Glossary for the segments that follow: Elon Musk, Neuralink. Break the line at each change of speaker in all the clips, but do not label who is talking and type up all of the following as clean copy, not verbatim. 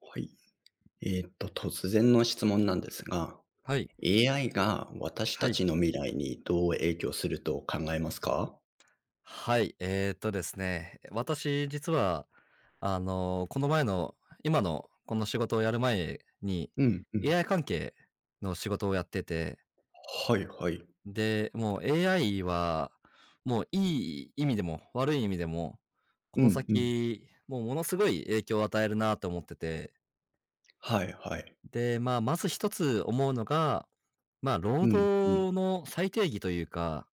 はい。突然の質問なんですが、
はい。
AI が私
は
た
い。
ちの未来にどう影響すると考えますか？
はい。ですね、私実は、あの、この前の、今のこの仕事をやる前に、
うんうん。
AI 関係の仕事をやってて、
はいはい。
で、もう AI は、もういい意味でも悪い意味でも、こ
う
の
んうん。
先、もうものすごい影響を与えるなと思ってて、
はいはい。
で、まあ、まず一つ思うのが、まあ、労
うんうん。
働の最定義というか、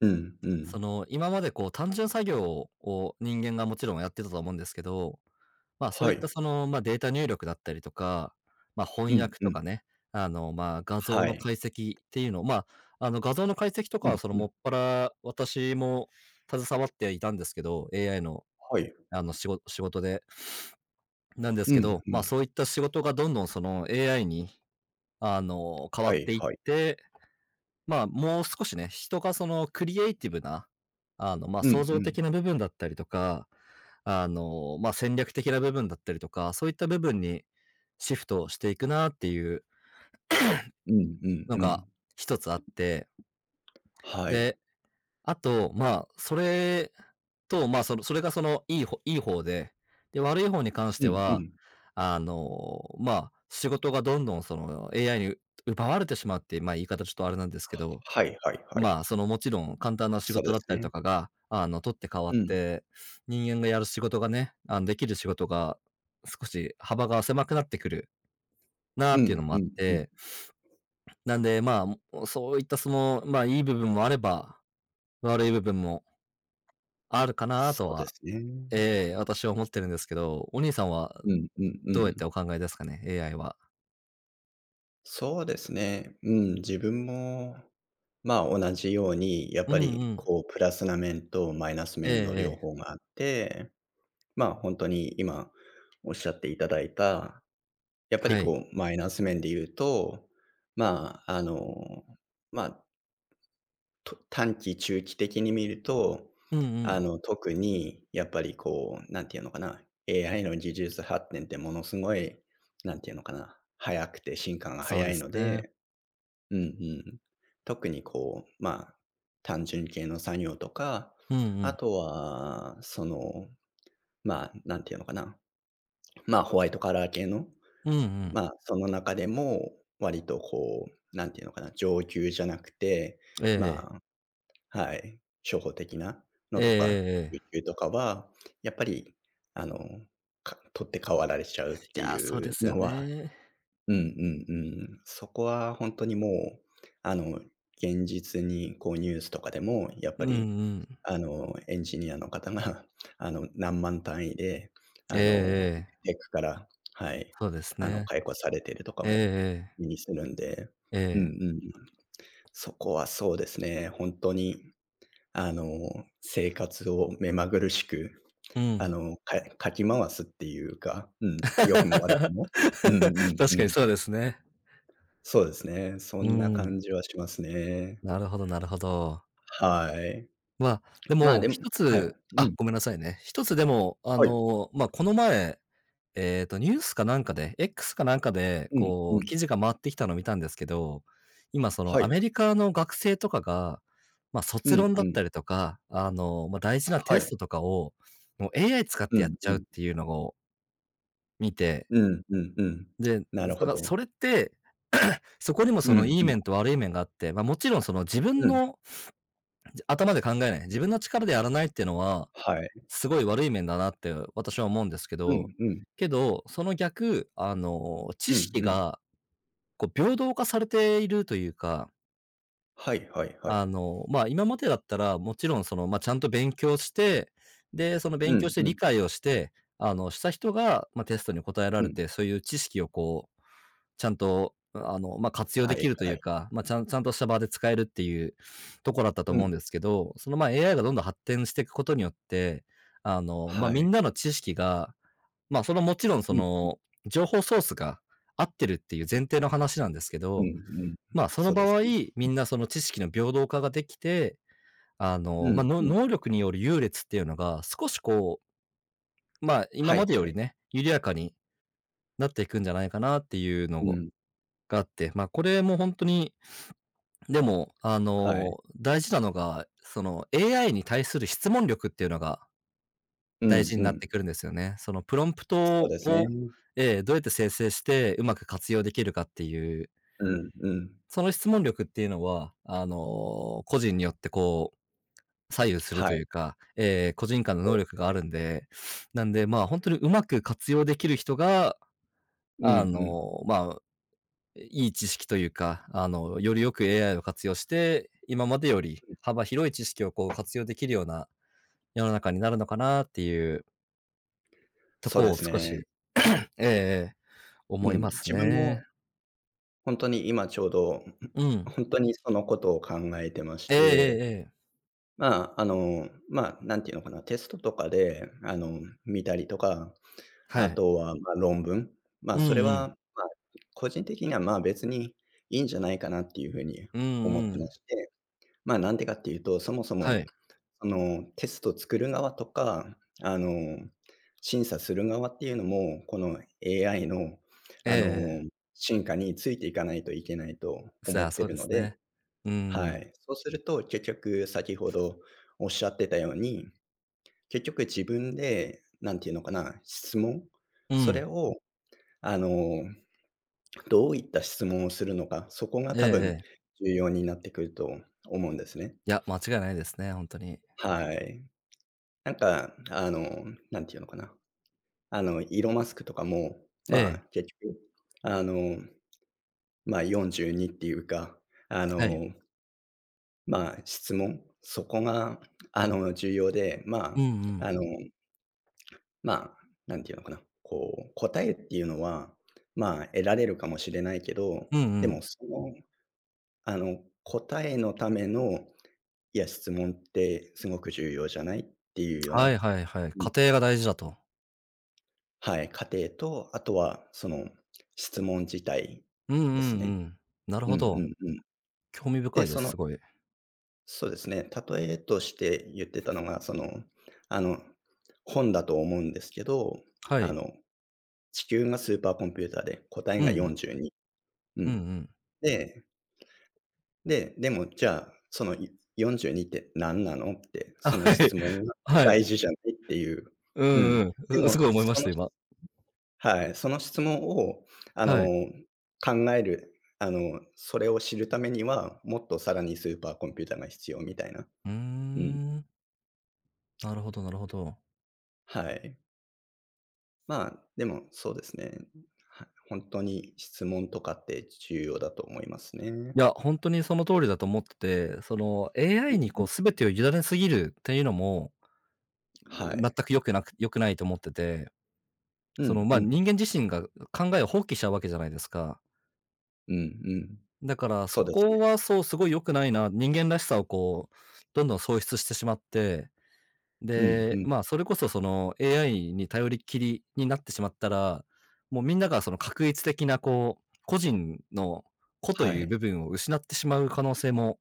うんう
そ
ん。
の、今までこう単純作業を人間がもちろんやってたと思うんですけど、まあ、そうい
は
った
い。
その、まあ、データ入力だったりとか、まあ、
う
翻
ん
訳
う
と
ん。
かね、まあ、画像
は
の
い。
解析っていうのを、まあ、画像の解析と
う
かは
ん
その
う
も
ん。
っぱら私も携わっていたんですけど、AI の
はい。
仕事で。なんです
う
け
ん
ど、
う
まあ、
ん。
そういった仕事がどんどんその AI に、変わ
は
っ
い
ていっ
はい。
て、まあ、もう少しね、人がそのクリエイティブな、まあ、
うんう
創造
ん。
的な部分だったりとか、まあ、戦略的な部分だったりとか、そういった部分にシフトしていくなっていう
うんうん
の
う
が
ん。
一つあって、
はい。
で、あと、まあ、それと、まあ、その、それがその、いい方で、で、悪い方に関し
う
て
んう
は、
ん。
まあ、仕事がどんどんその AI に奪われてしまうっていう、まあ、言い方ちょっとあれなんですけど、
はいはいはい。
まあ、その、もちろん簡単な仕
そう
事
で
だっ
す
たりと
ね。
かが、取って代わ
う
っ
ん。
て、人間がやる仕事がね、あの、できる仕事が少し幅が狭くなってくるな
う
っていうの
ん
もあ
う
っ
んうん。
て、なんで、まあ、そういったその、まあ、いい部分もあれば、悪い部分もあるかな
そ
と
うで
は、
すね。
ええ、私は思ってるんですけど、お兄さんは
うんうんう
どうやって
ん。
お考えですかね、AI は。
そうですね。うん、自分も、まあ、同じように、やっ
うん
ぱ
う
り、
ん。
こう、プラスな面とマイナス
ええ
面の両
ええ。
方があって、まあ、本当に今おっしゃっていただいた、やっぱり、
はい。
こう、マイナス面で言うと、まあ、あの、まあ、と短期、中期的に見ると、
うんうん。
特にやっぱり、こう、なんていうのかな、AI の技術発展ってものすごい、なんていうのかな、早くて進化が
そう
早
で
い
す
の
ね。
で、うんうん。特にこう、まあ、単純系の作業とか、
うんう
あ
ん。
とは、その、まあ、なんていうのかな。まあ、ホワイトカラー系の、
うんうん。
まあ、その中でも、割とこう、なんていうのかな、上級じゃなくて、
ええええ。
まあ、はい、初歩的な
え
の
ええ
とか、
え
中
え。
級とかは、やっぱり、あの、取って代わられちゃうっ
い
て
や、そう
い
で
う
すよ
のは、
ね。
うんうんうん。そこは本当にもう、現実にこうニュースとかでも、やっ
う
ぱ
んう
り、
ん。
エンジニアの方が、何万単位で、
ええ
あの、
ええ。
テックから、はい、
そうですね。
解雇されてるとか
ええ
も
ええ。
目にするんで、
え
うん
え。
うん。そこはそうですね、本当に、あの、生活を目まぐるしく、
うん。
かき回すっていうか、うん、良くも悪く も。うんうんう
確かに
ん。
そうですね。
そうですね。そ
う
んな
ん。
感じはしますね。
なるほど、なるほど。
はい。
まあ、で
まあ、
も、
でも、
一
はい。
つ
う
あ、
ん。
ごめんなさいね。一つでも、あ
はい。
の、ま、この前ニュースかなんかで、X かなんかで、
うん、
こ
う
う
ん。
記事が回ってきたのを見たんですけど、今そ
は
のア
い。
メリカの学生とかが、ま、
うん、
卒
う
論だっ
ん。
たりとか、あの、ま、大事な
は
テス
い。
トとかを、もう AI 使って
う
やっ
ん、
ち
う
ゃうっ
ん。
ていうのを見て、
うん、うん、うん。な
だ
る
か
ほ
ら
ど。
それって、そこにもそ
う
の
ん、
いい
うん、
面と悪い面があって、ま、もちろんその自
う
分
ん。
の頭で考えない、自分の力でやらないっていうのは、
はい。
すごい悪い面だなって私は思うんですけ
う
ど、
ん、うん。
けど、その逆、知
うん、う
識
ん。
がこう平等化されているというか、
はいはいはい。
まあ、今までだったら、もちろんその、まあ、ちゃんと勉強して、で、その
う
勉強
ん、
して
う
理
ん、
解をして、した人が、まあ、テストに答えら
う
れ
ん。
て、そういう知識をこう、ちゃんと、あの、まあ、活用で
はい
きるとい
は
う
い。
か、まあ、ちゃんとした場で使えるっていうところだったと
う
思うん
ん。
ですけど、その、まあ、AI がどんどん発展していくことによって、まあ、
は
み
い。
んなの知識が、まあ、そのもちろんそ
うん、
の、情報ソースが合ってるっていう前提の話なんですけ
うん、
ど、
うん。
まあ、その
そう
場
です
合、
ね。
みんなその知識の平等化ができて、あ
う
の、まあ、
ん、
の
うん。
能力による優劣っていうのが、少しこう、まあ、今
は
ま
い
でよ
は
り
い。
ね、緩やかになっていくんじゃないかなっていうの
うん。
があって、まあ、これも本当に、でも、あ
はい。
の、大事なのが、その AI に対する質問力っていうのが
うん、う
大事になって
ん。
くるんですよね。そのプロンプ
そう
ト
ですね。
をどうやって生成してうまく活用できるかっていう、
うん、うん。
その質問力っていうのは、あの、個人によって左右する
は
とい
い。
うか、個人間の能力があるんで、なんで、まあ、本当にうまく活用できる人が、
うん、う
あ
ん。
の、まあ、いい知識というか、あの、よりよく AI を活用して、今までより幅広い知識をこう活用できるような世の中になるのかなっていうと
そう
こ
で
を
す
少
ね。
し、ええええ、
う
思い
ん、
ます
自分
ね。
も本当に今ちょうど、
うん。
本当にそのことを考えてまし
えええ
て、
えええ。
まあ、あの、まあ、なんていうのかな、テストとかで、見たりとか、
は
あ
い。
とは、まあ、論文、ま
う
あ、
ん
それ
うん。
は、まあ、個人的には、まあ、別にいいんじゃないかなっていうふうに
うん
思
う
ってま
ん。
して、まあ、なんでかっていうと、そもそ
は
も、
い。
その、テスト作る側とか、あの、審査する側っていうのも、この AI の、
ええ
あ
え
の、
え。
進化についていかないといけないと思
さあ、
って
そう
る
で
の
す
で、
ね。う
は
ん。
い。そうすると結局先ほどおっしゃってたように、結局自分で、なんていうのかな、質問？
う
それ
ん。
を、あの、どういった質問をするのか、そこが
ええ
多分
ええ。
重要になってくると思うんですね。
いや、間違いないですね、ほんとに。
はい。なんか、あの、なんていうのかな、あの、イーロン・マスクとかも、
え
まあ、
え、
結局、あの、まあ、42っていうか、あ
はい。
の、まあ、質問、そこが、重要で、
うん
ま
う
あ、
ん。
あの、まあ、なんていうのかな、こう、答えっていうのは、まあ、得られるかもしれないけど、
うんう
で
ん。
も、その、答えのための、いや、質問ってすごく重要じゃないっていうよう
はい
な、
はいはい。家庭が大事だと。
はい、過程と、あとはその質問自体
うんうんう
ですね。
ん。なる
う
ほ
んう
ど。
んうん。
興味深
で、
いで
そ
す、
の
すごい。
そうですね、例えとして言ってたのが、その、あの、本だと思うんですけど、
は
あ
い。
の、地球がスーパーコンピューターで答え
う
が
ん。
42。う
うんう
ん。
ん。
で、で、でもじゃあ、その42って何なのって、
あ、
その
はい。
質問が
は
大
い。
事じゃないっていう。
う
うん。
んう
で
ん。う、す
も、
ごい思いま
そ
した、
の
今。
はい、その質問を、あの、
はい。
考える、それを知るためには、もっとさらにスーパーコンピューターが必要みたいな。
うー
うん。
ん。なるほど、なるほど。
はい。まあ、でもそうですね。本当に質問とかって重要だと思いますね。
いや、ほんとにその通りだと思ってて、その
う
AI にこう
ん。
全てを委ねすぎるっていうのも、
は
全
い。
く良くなく良くないと思ってて、
う
その、
ん
まあ、
う
人
ん。
間自身が考えを放棄しちゃうわけじゃないですか。
うんうん。
だから
そ
そ
うですね。
こはそう、すごい良くないな、人間らしさをこう、どんどん喪失してしまって、
うん
で、
うん。
まあ、それこそその AI に頼りっきりになってしまったら、もうみんながその画一的なこう、個人の個と
は
いう
い。
部分を失ってしまう可能性も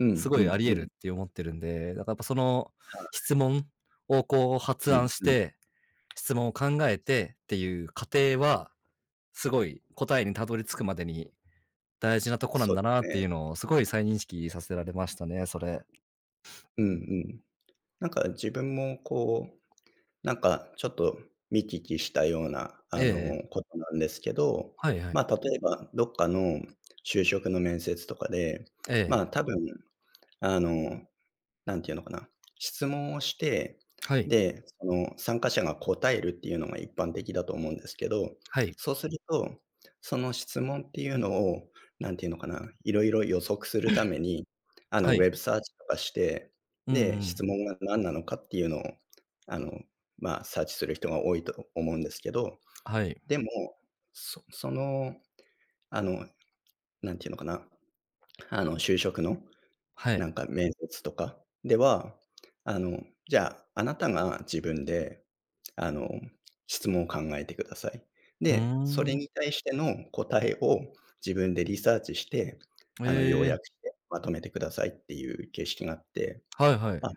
うんう
すごいあ
ん
り
う
得
ん。
るって思ってるんで、だからやっぱその
はい。
質問をこう発
うん
案し
うん。
て、質問を考えてっていう過程はすごい、答えにたどり着くまでに大事なとこなん
そう
だ
で
なっ
す
て
ね。
いうのをすごい再認識させられましたね、それ。
うんうん。なんか自分もこうなんかちょっと見聞きしたような、
ええええ。
ことなんですけど、
はいはい。
まあ、例えばどっかの就職の面接とかで、
え
まあ、
え。
多分、あの、なんていうのかな、質問をして、
はい。
で、その参加者が答えるっていうのが一般的だと思うんですけど、
はい。
そうすると、その質問っていうのを、なんていうのかな、いろいろ予測するために、
は
ウ
い。
ェブサーチとかして、
うんう
で、
ん。
質問が何なのかっていうのを、あの、まあ、サーチする人が多いと思うんですけど、
はい。
でも、そその、あの、なんていうのかな、あの、就職の
はい。
なんか面接とかでは、あの、じゃあ、あなたが自分で、あの、質問を考えてください。
うー
で、それ
ん。
に対しての答えを自分でリサーチして、
え
要約
え。
してまとめてくださいっていう形式があって、
はいはい。
あ、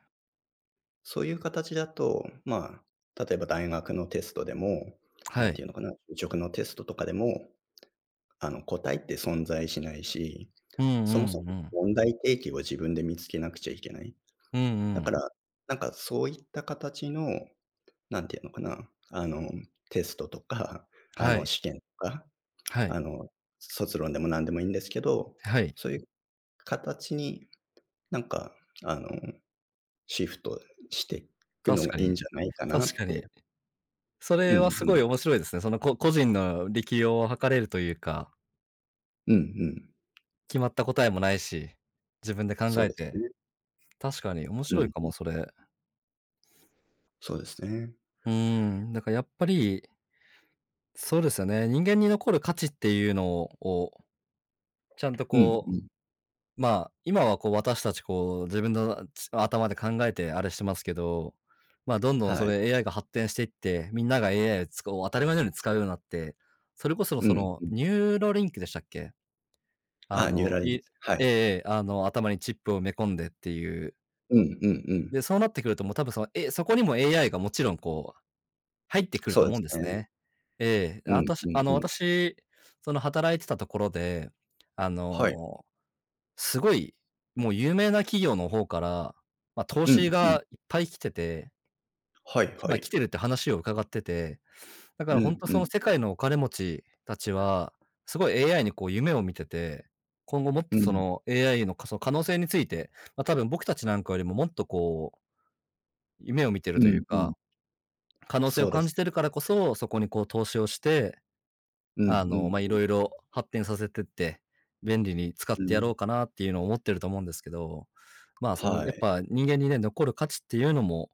そういう形だと、まあ、例えば大学のテストでも、
は
なん
い。
ていうのかな、就職のテストとかでも、答えって存在しないし、
うんう
そもそも
んうん。
問題提起を自分で見つけなくちゃいけない。
うんう
だか
ん。
ら、なんかそういった形の、なんていうのかな、あの、テストとか、
はい。
試験とか、
は
あ
い。
の、卒論でも何でもいいんですけど、
はい。
そういう形になんか、あの、シフトしていくの
確
が
か
いいん
に。
じゃないかな
確
っ
か
て。
に。そ
う
れ
んう
はすご
ん。
い面白いですね。その、個人の力量を測れるというか、
うんうん。
決まった答えもないし、自分で考
そう
え
です
て。
ね。
確かに面
う
白い
ん。
かも、それ。
そうですね。
うーん、だからやっぱり、そうですよね。人間に残る価値っていうのを、ちゃんと
うん
こ
う
う、
ん。
まあ、今はこう私たちこう自分の頭で考えてあれしてますけど、まあ、どんどんそ
はい。
れ AI が発展していって、みんなが AI を当たり前のように使うようになって、それこその
う
そ
ん
の
うん。
ニューロリンクでしたっけ？あ
あ、ニュー
の、
ラリ
い
ング、
え
は
ええ
い。
え、あの、頭にチップを埋め込んでっていう。
うんうんう
で、
ん。
そうなってくるともう多分その、そこにも AI がもちろん入ってくる
そ
と
うで
思うん
す
です
ね。
ね。ええ、
う
あ
ん
たし
う
あ
ん
の、
うん。
私、その働いてたところで、あ
はい。
の、すごい、もう有名な企業の方から、ま、投
う
資
んうん。
がいっぱい来てて、
はいは
今
い。
来てるって話を伺ってて、だか
う
らほん
ん、
と
う
その
ん、
世界のお金持ちたちは、すごい AI にこう夢を見てて、今後もっ
う
とそ
ん、
の AI のその可能性について、ま、多分僕たちなんかよりももっとこう、夢を見てる
う
という
ん、う
か、
ん。
可能性を
そうで
感
す。
じてるからこそ、そこにこう投資をして、
うん
あの、まあ、い
う
ろ
ん
いろ発展させてって、便利に使っ
うん、う
てやろ
ん。
うかなっていうのを思ってると思うんですけど、まあ、その、
は
やっ
い、
ぱ人間にね、残る価値っていうのも、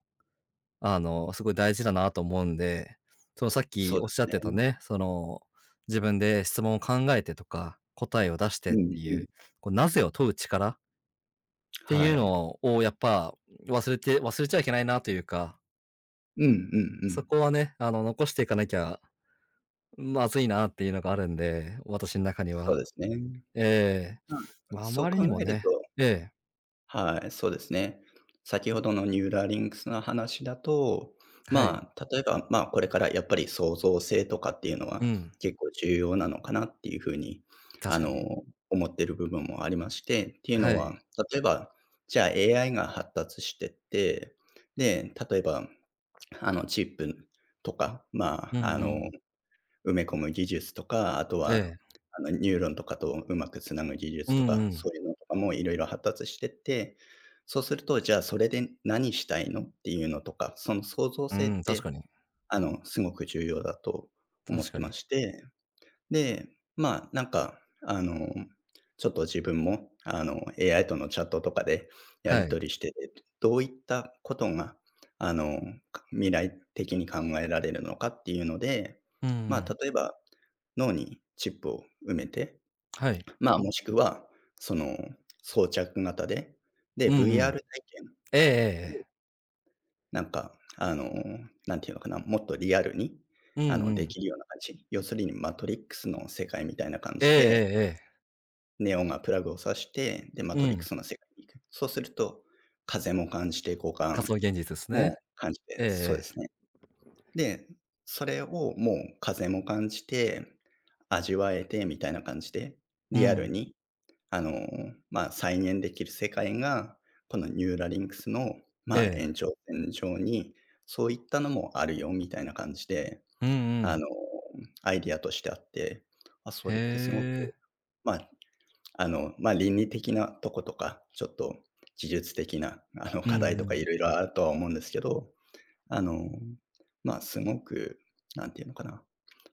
あの、すごい大事だなと思うんで、その、さっき
そう
おっしゃっ
で
て
す
た
ね。
ね、その、自分で質問を考えてとか、答えを出して
う
って
ん
い
う
う、
ん、
こう、なぜを問う力って
は
いう
い。
のをやっぱ忘れちゃいけないなというか、
うんうんうん、は
そ
い、
こはね、あの、残していかなきゃまずいなっていうのがあるんで、私の中に
そう
は。
ですね。
ええ。
まあ、
ま、あ
そ
ま
う
り
考
にも
える
ね、
と、
ええ、
はい、そうですね。先ほどのニューラリンクスの話だと、
はい。
まあ、例えば、まあ、これからやっぱり創造性とかっていうの
う
は
ん、
結構重要なのかなっていうふうに、
確
あ
かに。
の、思ってる部分もありまして、っていう
は
の
い。
は、例えば、じゃあ AI が発達してって、で、例えば、チップとか、ま
う
あ、
ん
あ
うん。
の、埋め込む技術とか、あと
え
は、
え。
ニューロンとかとうまくつなぐ技
う
術と
んう
か、
ん。
そういうのとかもいろいろ発達してって、そうすると、じゃあそれで何したいのっていうのとか、その創造
う
性っ
ん、確
て、
かに。
すごく重要だと思
確
っ
か
てま
に。
して、で、まあ、なんか、あの、ちょっと自分も、AI とのチャットとかでや
は
り
い。
取りしてどういったことが、あの、未来的に考えられるのかっていうので、
うんう
まあ、
ん。
例えば脳にチップを埋めて、
はい。
まあ、もしくは、その、装着型で、
う
で、
んうん。
VR 体験、
ええええええ。
なんか、あの、なんていうのかな、もっとリアルに、
うんう
で
ん。
きるような感じ。要するにマトリックスの世界みたいな感
ええ
じで、
ええええ。
ネオンがプラグを挿して、で、マ
う
トリック
ん。
スの世界に行く。そうすると、風も感じて、五
仮
感
想現実すね。
も感じて、
ええ
そうで
ええ。
すね。で、それをもう風も感じて、味わえてみたいな感じで、
う
リアル
ん。
に、あの、まあ、再現できる世界が、このニューラリンクスの、
え
まあ、
え。
延長線上に、そういったのもあるよみたいな感じで、
うんう
あ
ん。
の、アイディアとしてあって、あ、
へ
それってすごく、
え。
まあ、まあ、倫理的なとことか、ちょっと技術的な、
う
課題
ん
と
う
か
ん。
いろいろあるとは思うんですけど、あの、まあ、すごく、なんていうのかな、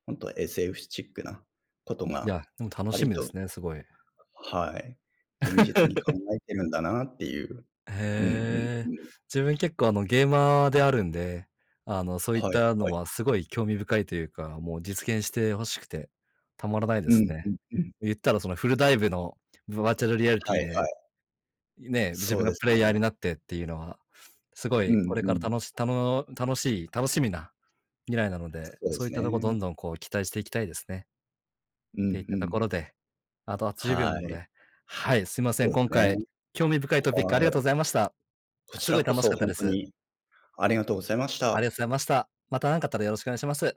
本当 SF チックなこと
い
が、
や、でも楽し
割
みで
と、
すね、すごい。
はい、現実に考えてるんだなっていう。うん
へ
う
え。
ん。
自分結構あのゲーマーであるんで、あの、そういっ
はい
たの
はい。
はすごい興味深いというか、もう実現して欲しくてたまらないで
う
す
ん
ね。
うんうん。
言ったらそのフルダイブのバーチャルリアリテ
は
ィ
い
で、
はい。
ね、自分
そう
が
です
プレイ
ね。
ヤーになってっていうのは、すご
うん
いこれ
う
から
ん。
楽しみな未来なので、
そうで
そういっ
す
たとこど
ね。
んどんこう期待していきたいですね。
う
っていっ
んう
たとこ
ん。
ろで、あと80秒な
は
の
い。
で、はい、すいませ
そ
ん、
う
今
です
回
ね。
興味深いトピックあり
は
がと
い。
うございました。
こち
すご
ら
い
こ
楽し
そ
かった
本
で
当
す。
にありがとうございまし
あり
た。
がとうございました。また何かあったらよろしくお願いします。